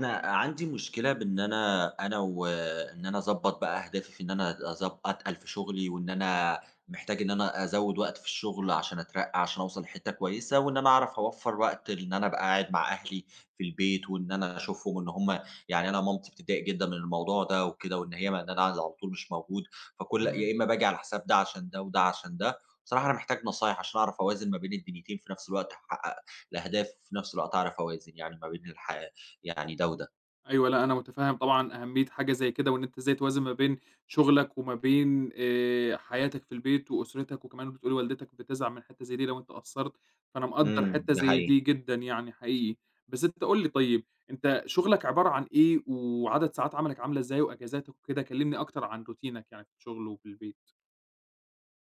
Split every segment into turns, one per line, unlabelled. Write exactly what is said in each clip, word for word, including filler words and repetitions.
أنا عندي مشكلة بإن أنا أنا وإن أنا أضبّط بقى أهدافي في إن أنا أظب أتقل في شغلي، وإن أنا محتاج إن أنا أزوّد وقت في الشغل عشان أترقّى، عشان أوصل لحتّة كويسة، وإن أنا أعرف أوفّر وقت إن أنا أبقى قاعد مع أهلي في البيت، وإن أنا أشوفهم إن هم يعني أنا مامتي بتتضايق جدًا من الموضوع ده وكده، وإن هي ما إن أنا على طول مش موجود، فكل
إمم.
يا إمّا باجي على حساب ده عشان ده، وده عشان ده. بصراحة أنا محتاج نصايح عشان أعرف أوازن ما بين الدنيتين في نفس الوقت، أحقق الأهداف وفي نفس الوقت أعرف أوازن يعني ما بين الحياة. يعني ده وده.
أيوه، لأ، أنا متفهم طبعًا أهمية حاجة زي كده، وإن أنت إزاي توازن ما بين شغلك وما بين آآ، حياتك في البيت وأسرتك، وكمان بتقول والدتك بتزعل من حتّة زي دي لو أنت قصّرت، فأنا مقدّر
إمم،
حتّة
ده
زي
حقيقي.
دي جدًا يعني حقيقي. بس أنت قُل لي طيب، أنت شغلك عبارة عن إيه، وعدد ساعات عملك عاملة إزاي، وأجازاتك وكده؟ كلمني أكتر عن روتينك يعني في الشغل وفي البيت.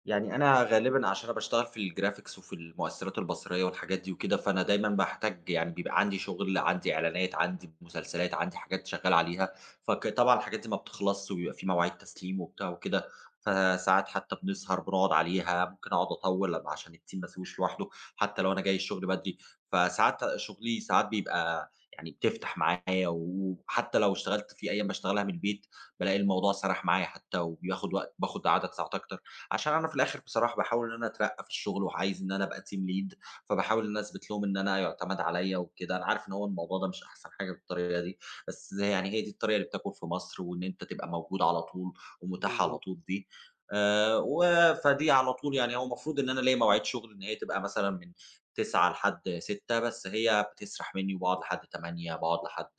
يعني أنا غالبًا عشان أنا باشتغل في الgraphics وفي المؤثرات البصرية والحاجات دي وكده، فأنا دايمًا باحتاج يعني بيبقى عندي شغل، عندي إعلانات، عندي مسلسلات، عندي حاجات شغال عليها، فك طبعًا الحاجات دي ما بتخلصش وبيبقى في مواعيد تسليم وبتاع وكده، فساعات حتى بنسهر بنقعد عليها، ممكن أقعد أطوّل عشان الteam ما يسويش لوحده، حتى لو أنا جاي الشغل بدري، فساعات شغلي ساعات بيبقى يعني بتفتح معايا وحتى لو اشتغلت في أيام باشتغلها من البيت، بالاقي الموضوع سرح معايا حتى وبياخد وقت باخد عدد ساعات أكتر. عشان أنا في الآخر بصراحة باحاول إن أنا أترقّى في الشغل، وعايز إن أنا أبقى team lead، فباحاول إن أنا أثبت لهم إن أنا يُعتمد عليَّ وكده، أنا عارف إن هو الموضوع ده مش أحسن حاجة بالطريقة دي، بس زي- يعني هي دي الطريقة اللي بتاكل في مصر، وإن أنت تبقى موجود على طول ومتاح على
بالضبط.
طول دي. آآ، و فدي على طول يعني هو المفروض إن أنا ليّا مواعيد شغل إن هي تبقى مثلًا من تسعة لحد ستة بس هي بتسرح مني وباقعد لحد ثمانية باقعد لحد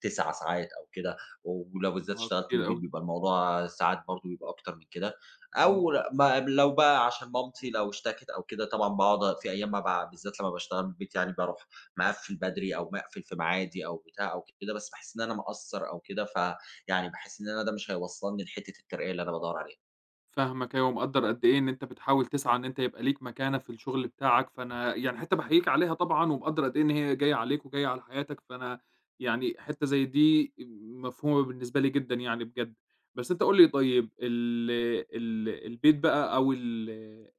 تسع ساعات أو كده، ولو بالذات
آه،
اشتغلت من
كتير
البيت
أوي.
بيبقى الموضوع ساعات برضه بيبقى أكتر من كده.
إمم.
أو ل ما لو بقى عشان مامتي لو اشتكت أو كده طبعًا باقعد في أيام ما ب بالذات لمّا باشتغل من البيت يعني باروح مقفّل بدري أو مقفل في ميعادي أو بتاع أو كده، بس باحس إن أنا مقصّر أو كده، فيعني باحس إن أنا ده مش هيوصّلني لحتّة الترقية اللي أنا بادوّر عليها.
فاهمك أيوه، ومقدّر قد إيه إن أنت بتحاول تسعى إن أنت يبقى ليك مكانة في الشغل بتاعك، فأنا يعني حتّة باحييك عليها طبعًا، ومقدّر قد إيه إن هي جاية عليك وجاية على حياتك، فأنا يعني حتّة زي دي مفهومة بالنسبة لي جدًا يعني بجد. بس أنت قُل لي طيب ال ال البيت بقى أو ال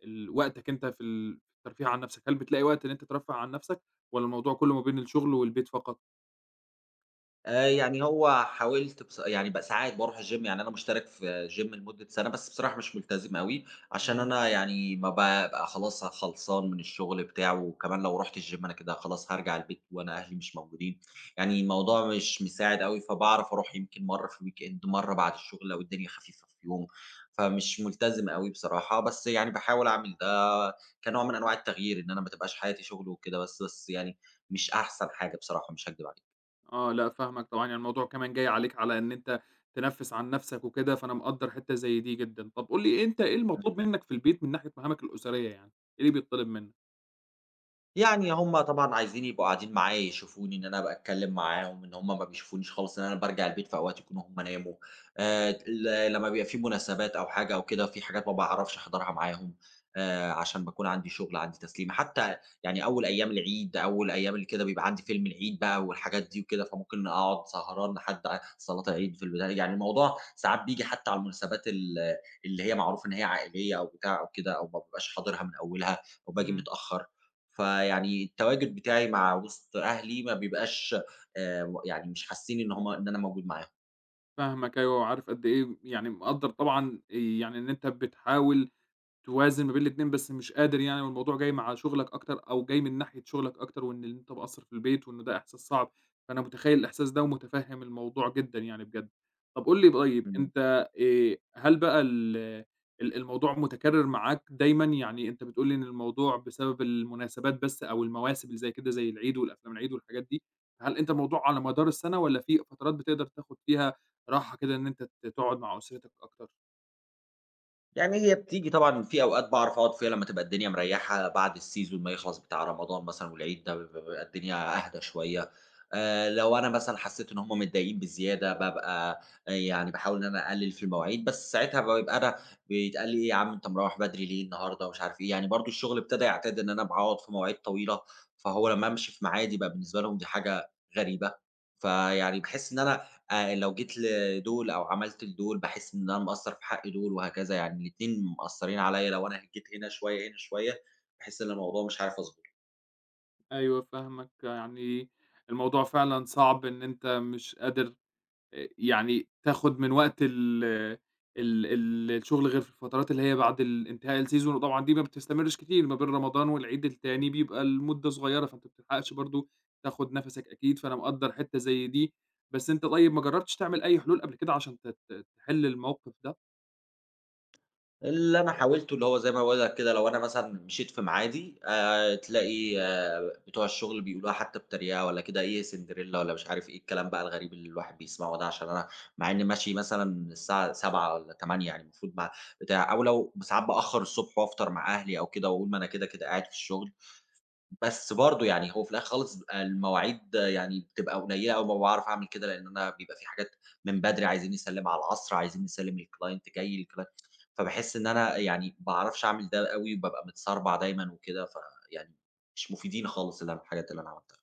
ال وقتك أنت في ال الترفيه عن نَفْسك، هل بتلاقي وقت إن أنت ترفّه عن نَفْسك والّا الموضوع كُلّه ما بين الشغل والبيت فقط؟
آآ، يعني هو حاولت بص يعني بقى ساعات باروح الgym يعني أنا مشترك في gym لمدة سنة، بس بصراحة مش ملتزم أوي، عشان
إمم.
أنا يعني ما بابقى خلاص خلصان من الشغل بتاعه، وكمان لو رُحت الgym أنا كده خلاص هارجع البيت وأنا أهلي مش موجودين، يعني الموضوع مش مساعد أوي، فباعرف أروح يمكن مرّة في الweekend، مرّة بعد الشغل لو الدنيا خفيفة في يوم، فمش ملتزم أوي بصراحة، بس يعني باحاول أعمل ده كنوع من أنواع التغيير، إن أنا ما تبقاش حياتي شغل وكده بس، بس يعني مش أحسن حاجة بصراحة مش هاكدب عليك.
آه، لأ فاهمك طبعًا، يعني الموضوع كمان جاي عليك على إن أنت تنفِّس عن نَفْسك وكده، فأنا مقدّر حتّة زي دي جدًا. طَب قُل لي أنت إيه المطلوب منّك في البيت من ناحية مهامك الأسرية يعني، إيه اللي بيتطلب منّك؟
يعني هم طبعًا عايزين يبقوا قاعدين معايا يشوفوني إن أنا باتكلّم معاهم، إن هم ما بيشوفونيش خالص، إن أنا بارجع البيت في أوقات يكونوا هم ناموا. آآ ل لمّا بيبقى في مناسبات أو حاجة أو كده، في حاجات ما باعرفش أحضرها معاهم، آآ عشان باكون عندي شغل، عندي تسليمة، حتى يعني أول أيام العيد، أول أيام اللي كده بيبقى عندي فيلم العيد بقى والحاجات دي وكده، فممكن أقعد سهران لحد ع صلاة العيد في البداية، يعني الموضوع ساعات بييجي حتى على المناسبات ال اللي هي معروف إن هي عائلية أو بتاع أو كده، أو ما بابقاش حاضرها من أولها، وباجي
إمم.
متأخّر. فيعني التواجد بتاعي مع وسط أهلي ما بيبقاش، آآ، يعني مش حاسين إن هم إن أنا موجود معاهم.
فاهمك أيوه وعارف قد إيه يعني مقدّر طبعًا آآ يعني إن أنت بتحاول توازن ما بين الاتنين بس مش قادر يعني والموضوع جاي مع شغلك أكتر أو جاي من ناحية شغلك أكتر وإن أنت مقصّر في البيت وإنه ده إحساس صعب، فأنا متخيّل الإحساس ده ومتفهّم الموضوع جدًا يعني بجد. طب قُل لي طيب أنت آآ هل بقى ال ال الموضوع متكرر معاك دايمًا؟ يعني أنت بتقول لي إن الموضوع بسبب المناسبات بس أو المواسم اللي زي كده زي العيد والأفلام العيد والحاجات دي، هل أنت الموضوع على مدار السنة والّا في فترات بتقدر تاخد فيها راحة كده إن أنت ت تقعد مع أسرتك أكتر؟
يعني هي بتيجي طبعًا في أوقات باعرف أقعد فيها لمّا تبقى الدنيا مريّحة بعد السيزون ما يخلص بتاع رمضان مثلًا والعيد ده ب بيبقى الدنيا أهدى شوية. آآ لو أنا مثلًا حسيت إن هم متضايقين بزيادة بابقى يعني باحاول إن أنا أقلِّل في المواعيد، بس ساعتها بابقى أنا بيتقال لي إيه: "يا عم أنت مروّح بدري ليه النهارده؟" ومش عارف إيه، يعني برضه الشغل ابتدى يعتاد إن أنا باقعد في مواعيد طويلة، فهو لمّا أمشي في ميعادي بقى بالنسبة لهم دي حاجة غريبة، فيعني باحس إن أنا آآ لو جيت ل دول أو عملت لدول، باحس إن أنا مقصّر في حق دول وهكذا، يعني الاتنين مأثّرين عليّا لو أنا هجيت هنا شوية، هنا شوية، باحس إن الموضوع مش عارف أضبطه.
أيوه فاهمك، يعني الموضوع فعلًا صعب إن أنت مش قادر آآ يعني تاخد من وقت ال ال ال الشغل غير في الفترات اللي هي بعد ال انتهاء الseason وطبعًا دي ما بتستمرش كتير، ما بين رمضان والعيد التاني
إمم.
بيبقى المدة صغيرة، فأنت ما بتلحقش برضه تاخد نَفَسك أكيد، فأنا مقدّر حتّة زي دي، بس أنت طيب ما جرّبتش تعمل أي حلول قبل كده عشان ت ت تحل الموقف ده؟
اللي أنا حاولته اللي هو زي ما باقول لك كده، لو أنا مثلًا مشيت في ميعادي، آآ، تلاقي آه بتوع الشغل بيقولوها حتى بتريقة والّا كده إيه سندريلا والّا مش عارف إيه الكلام بقى الغريب اللي الواحد بيسمعه ده، عشان أنا مع إني ماشي مثلًا الساعة سبعة والّا ثمانية يعني المفروض مع بتاع أو لو ساعات بأخّر الصبح وأفطر مع أهلي أو كده وأقول ما أنا كده، كده قاعد في الشغل. بس برضه يعني هو في الآخر خالص بيبقى المواعيد يعني بتبقى قليّلة أوي ما باعرف أعمل كده، لإن أنا بيبقى في حاجات من بدري عايزين نسلّمها على العصر، عايزين نسلّم للclient جاي الclient، فباحس إن أنا يعني ما باعرفش أعمل ده أوي، وبابقى متسربع دايمًا وكده، فيعني مش مفيدين خالص ال الحاجات اللي أنا عملتها.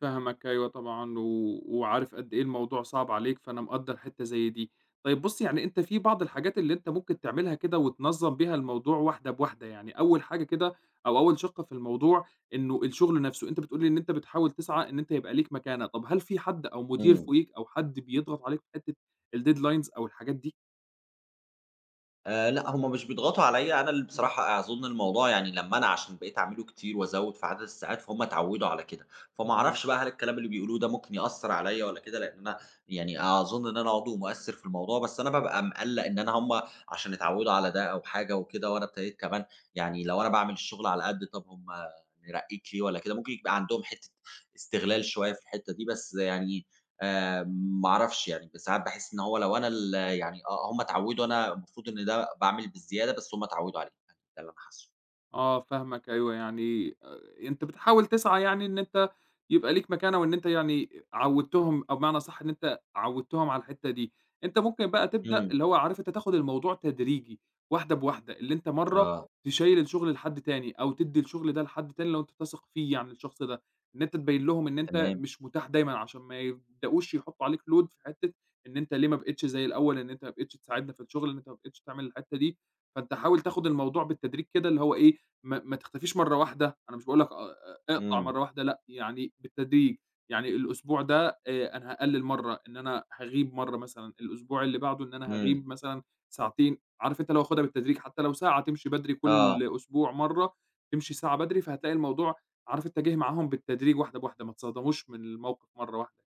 فاهمك أيوه طبعًا، و وعارف قد إيه الموضوع صعب عليك، فأنا مقدّر حتّة زي دي. طيب بُص، يعني أنت في بعض الحاجات اللي أنت ممكن تعملها كده وتنظّم بيها الموضوع واحدة بواحدة، يعني أول حاجة كده أو أول شِقّة في الموضوع إنه الشغل نَفْسه، أنت بتقول لي إن أنت بتحاول تسعى إن أنت يبقى ليك مكانة، طب هل في حد أو مدير
إمم.
فوقيك أو حد بيضغط عليك في حتّة الdeadlines أو الحاجات دي؟
آآ لأ، هم مش بيضغطوا عليَّ، أنا اللي
إمم،
بصراحة أظُن الموضوع يعني لمّا أنا عشان بقيت أعمله كتير وأزوّد في عدد الساعات، فهُم اتعوّدوا على كده، فما
إمم.
أعرفش بقى هل الكلام اللي بيقولوه ده ممكن يأثّر عليَّ والّا كده، لإن أنا يعني أظُن إن أنا عضو مؤثّر في الموضوع، بس أنا بابقى مقلّق إن أنا هم عشان اتعوّدوا على ده أو حاجة وكده، وأنا ابتديت كمان يعني لو أنا باعمل الشغل على قد طَب هم نرقّيك ليه والّا كده، ممكن يبقى عندهم حتّة استغلال شوية في الحتّة دي، بس يعني آآ ما أعرفش يعني ساعات باحس إن هو لو أنا ال يعني آه، هم اتعوّدوا أنا المفروض إن ده باعمل بالزيادة، بس هم اتعوّدوا عليه، يعني ده اللي أنا حاسّه.
آه فاهمك أيوه، يعني آآ أنت بتحاول تسعى يعني إن أنت يبقى ليك مكانة وإن أنت يعني عوّدتهم أو بمعنى أصح إن أنت عوّدتهم على الحتّة دي، أنت ممكن بقى تبدأ
إمم،
اللي هو عارف أنت تاخد الموضوع تدريجي، واحدة بواحدة، اللي أنت مرّة
آه،
تشيّل الشغل لحد تاني أو تدّي الشغل ده لحد تاني لو أنت تثق فيه يعني الشخص ده، إن أنت تبيّن لهم إن أنت
تمام،
مش متاح دايمًا عشان ما يبدؤوش يحطّوا عليك لود في حتّة إن أنت ليه ما بقيتش زي الأول، إن أنت ما بقيتش تساعدنا في الشغل، إن أنت ما بقيتش تعمل الحتّة دي، فأنت حاول تاخد الموضوع بالتدريج كده اللي هو إيه، ما ما تختفيش مرّة واحدة، أنا مش باقول لك أ اقطع
إمم،
مرّة واحدة لأ، يعني بالتدريج، يعني الأسبوع ده آآ أنا هاقلِّل مرّة، إن أنا هاغيب مرّة مثلًا، الأسبوع اللي بعده إن أنا
إمم،
هاغيب مثلًا ساعتين، عارف أنت لو خُدها بالتدريج حتى لو ساعة تمشي بدري كل
آه.
أسبوع مرّة، تمشي ساعة بدري، فهتلاقي الموضوع عارف أنت جِه معاهم بالتدريج واحدة بواحدة، ما تصدموش من الموقف مرّة واحدة.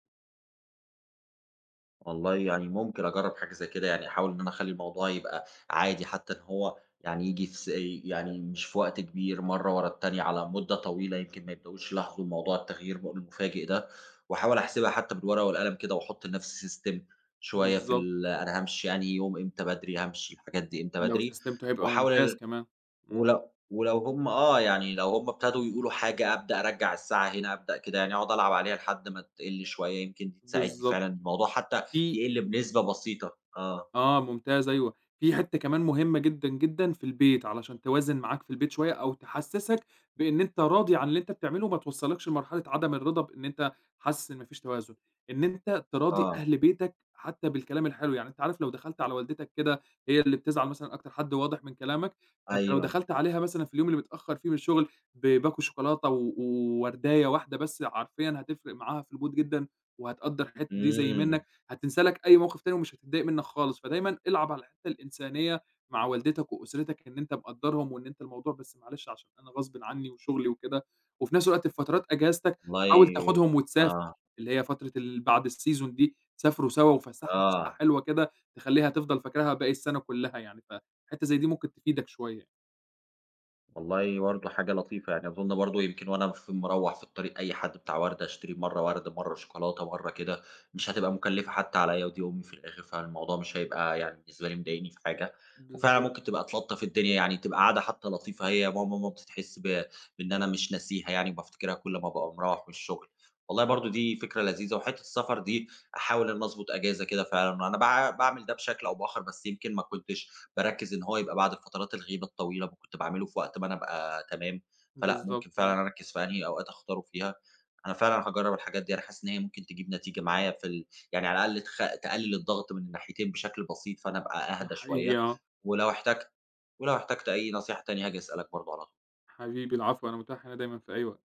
والله يعني ممكن أجرّب حاجة زي كده، يعني أحاول إن أنا أخلّي الموضوع يبقى عادي، حتى إن هو يعني ييجي في س يعني مش في وقت كبير مرّة ورا التانية على مدة طويلة، يمكن ما يبدؤوش يلاحظوا موضوع التغيير م المفاجئ ده، وأحاول أحسبها حتى بالورقة والقلم كده، وأحط لنفسي system شوية في
بالضبط،
ال أنا هامشي أنهي يوم إمتى بدري، هامشي الحاجات دي إمتى
لو
بدري،
سستمته هيبقى ممتاز
وأحاول
كمان. إمم،
ولو ولو هم آه، يعني لو هم ابتدوا يقولوا حاجة أبدأ أرجّع الساعة هنا، أبدأ كده يعني أقعد ألعب عليها لحد ما تقِل شوية، يمكن دي تساعدني
بالضبط.
فعلًا الموضوع حتى
في
يقِل بنسبة بسيطة. آه،
آه، ممتاز أيوه، في حتّة كمان مهمة جدًا، جدًا في البيت، علشان توازن معاك في البيت شوية أو تحسّسك بإن أنت راضي عن اللي أنت بتعمله وما توصّلكش لمرحلة عدم الرضا بإن أنت حاسس إن ما فيش توازن، إن أنت تراضي
آه،
أهل بيتك حتّى بالكلام الحلو، يعني أنت عارف لو دخلت على والدتك كده هي اللي بتزعل مثلًا أكتر حد واضح من كلامك، فأنت لو
أيوه.
دخلت عليها مثلًا في اليوم اللي متأخّر فيه من الشغل بباكو شوكولاتة و وورداية واحدة بس حرفيًا هتفرق معاها في المود جدًا، وهتقدّر الحتّة دي زي
إمم،
منّك. هتنسى لك أي موقف تاني ومش هتتضايق منّك خالص، فدايمًا العب على الحتّة الإنسانية مع والدتك وأسرتك إن أنت مقدّرهم وإن أنت الموضوع بس معلش عشان أنا غصبٍ عنّي وشغلي وكده، وفي نفس الوقت في فترات أجازتك حاول
والله
تاخدهم وتسافر،
آه،
اللي هي فترة ال بعد الseason دي سافروا سوا وفسّحها فسحة
آه.
حلوة كده تخلّيها تفضل فاكراها باقي السَنة كلّها يعني، فحتّة زي دي ممكن تفيدك شوية.
والله برضه حاجة لطيفة، يعني أظن برضه يمكن وأنا في مروّح في الطريق أي حد بتاع وردة أشتري مرّة وردة، مرّة شوكولاتة، مرّة كده، مش هتبقى مُكلّفة حتى عليّا ودي أمي في الآخر، فالموضوع مش هيبقى يعني بالنسبة لي مضايقني في حاجة، وفعلًا
بالضبط،
ممكن تبقى تلطّف الدنيا، يعني تبقى قعدة حتى لطيفة هي وماما مامتي تحس ب بإن أنا مش ناسيها يعني وبافتكرها كل ما بابقى مروّح من الشغل. والله برضه دي فكرة لذيذة، وحتّة السفر دي أحاول إن أنا أضبط أجازة كده فعلًا، أنا باع باعمل ده بشكل أو بآخر، بس يمكن ما كنتش باركّز إن هو يبقى بعد الفترات الغيبة الطويلة، فكنت باعمله في وقت ما أنا أبقى تمام، فلأ ممكن
بالضبط آه،
فعلًا أركّز في أنهي أوقات أختاره فيها. أنا فعلًا هاجرّب الحاجات دي، أنا حاسس إن هي ممكن تجيب نتيجة معايا في ال يعني على الأقل تخ تقلل الضغط من الناحيتين بشكل بسيط، فأنا أبقى
ده
أهدى
حقيقي
شوية،
آه،
ولو احتجت ولو احتجت أي نصيحة تانية هاجي أسألك برضه على طول.
حبيبي العفو أنا متاح هنا دايمًا في أي وقت.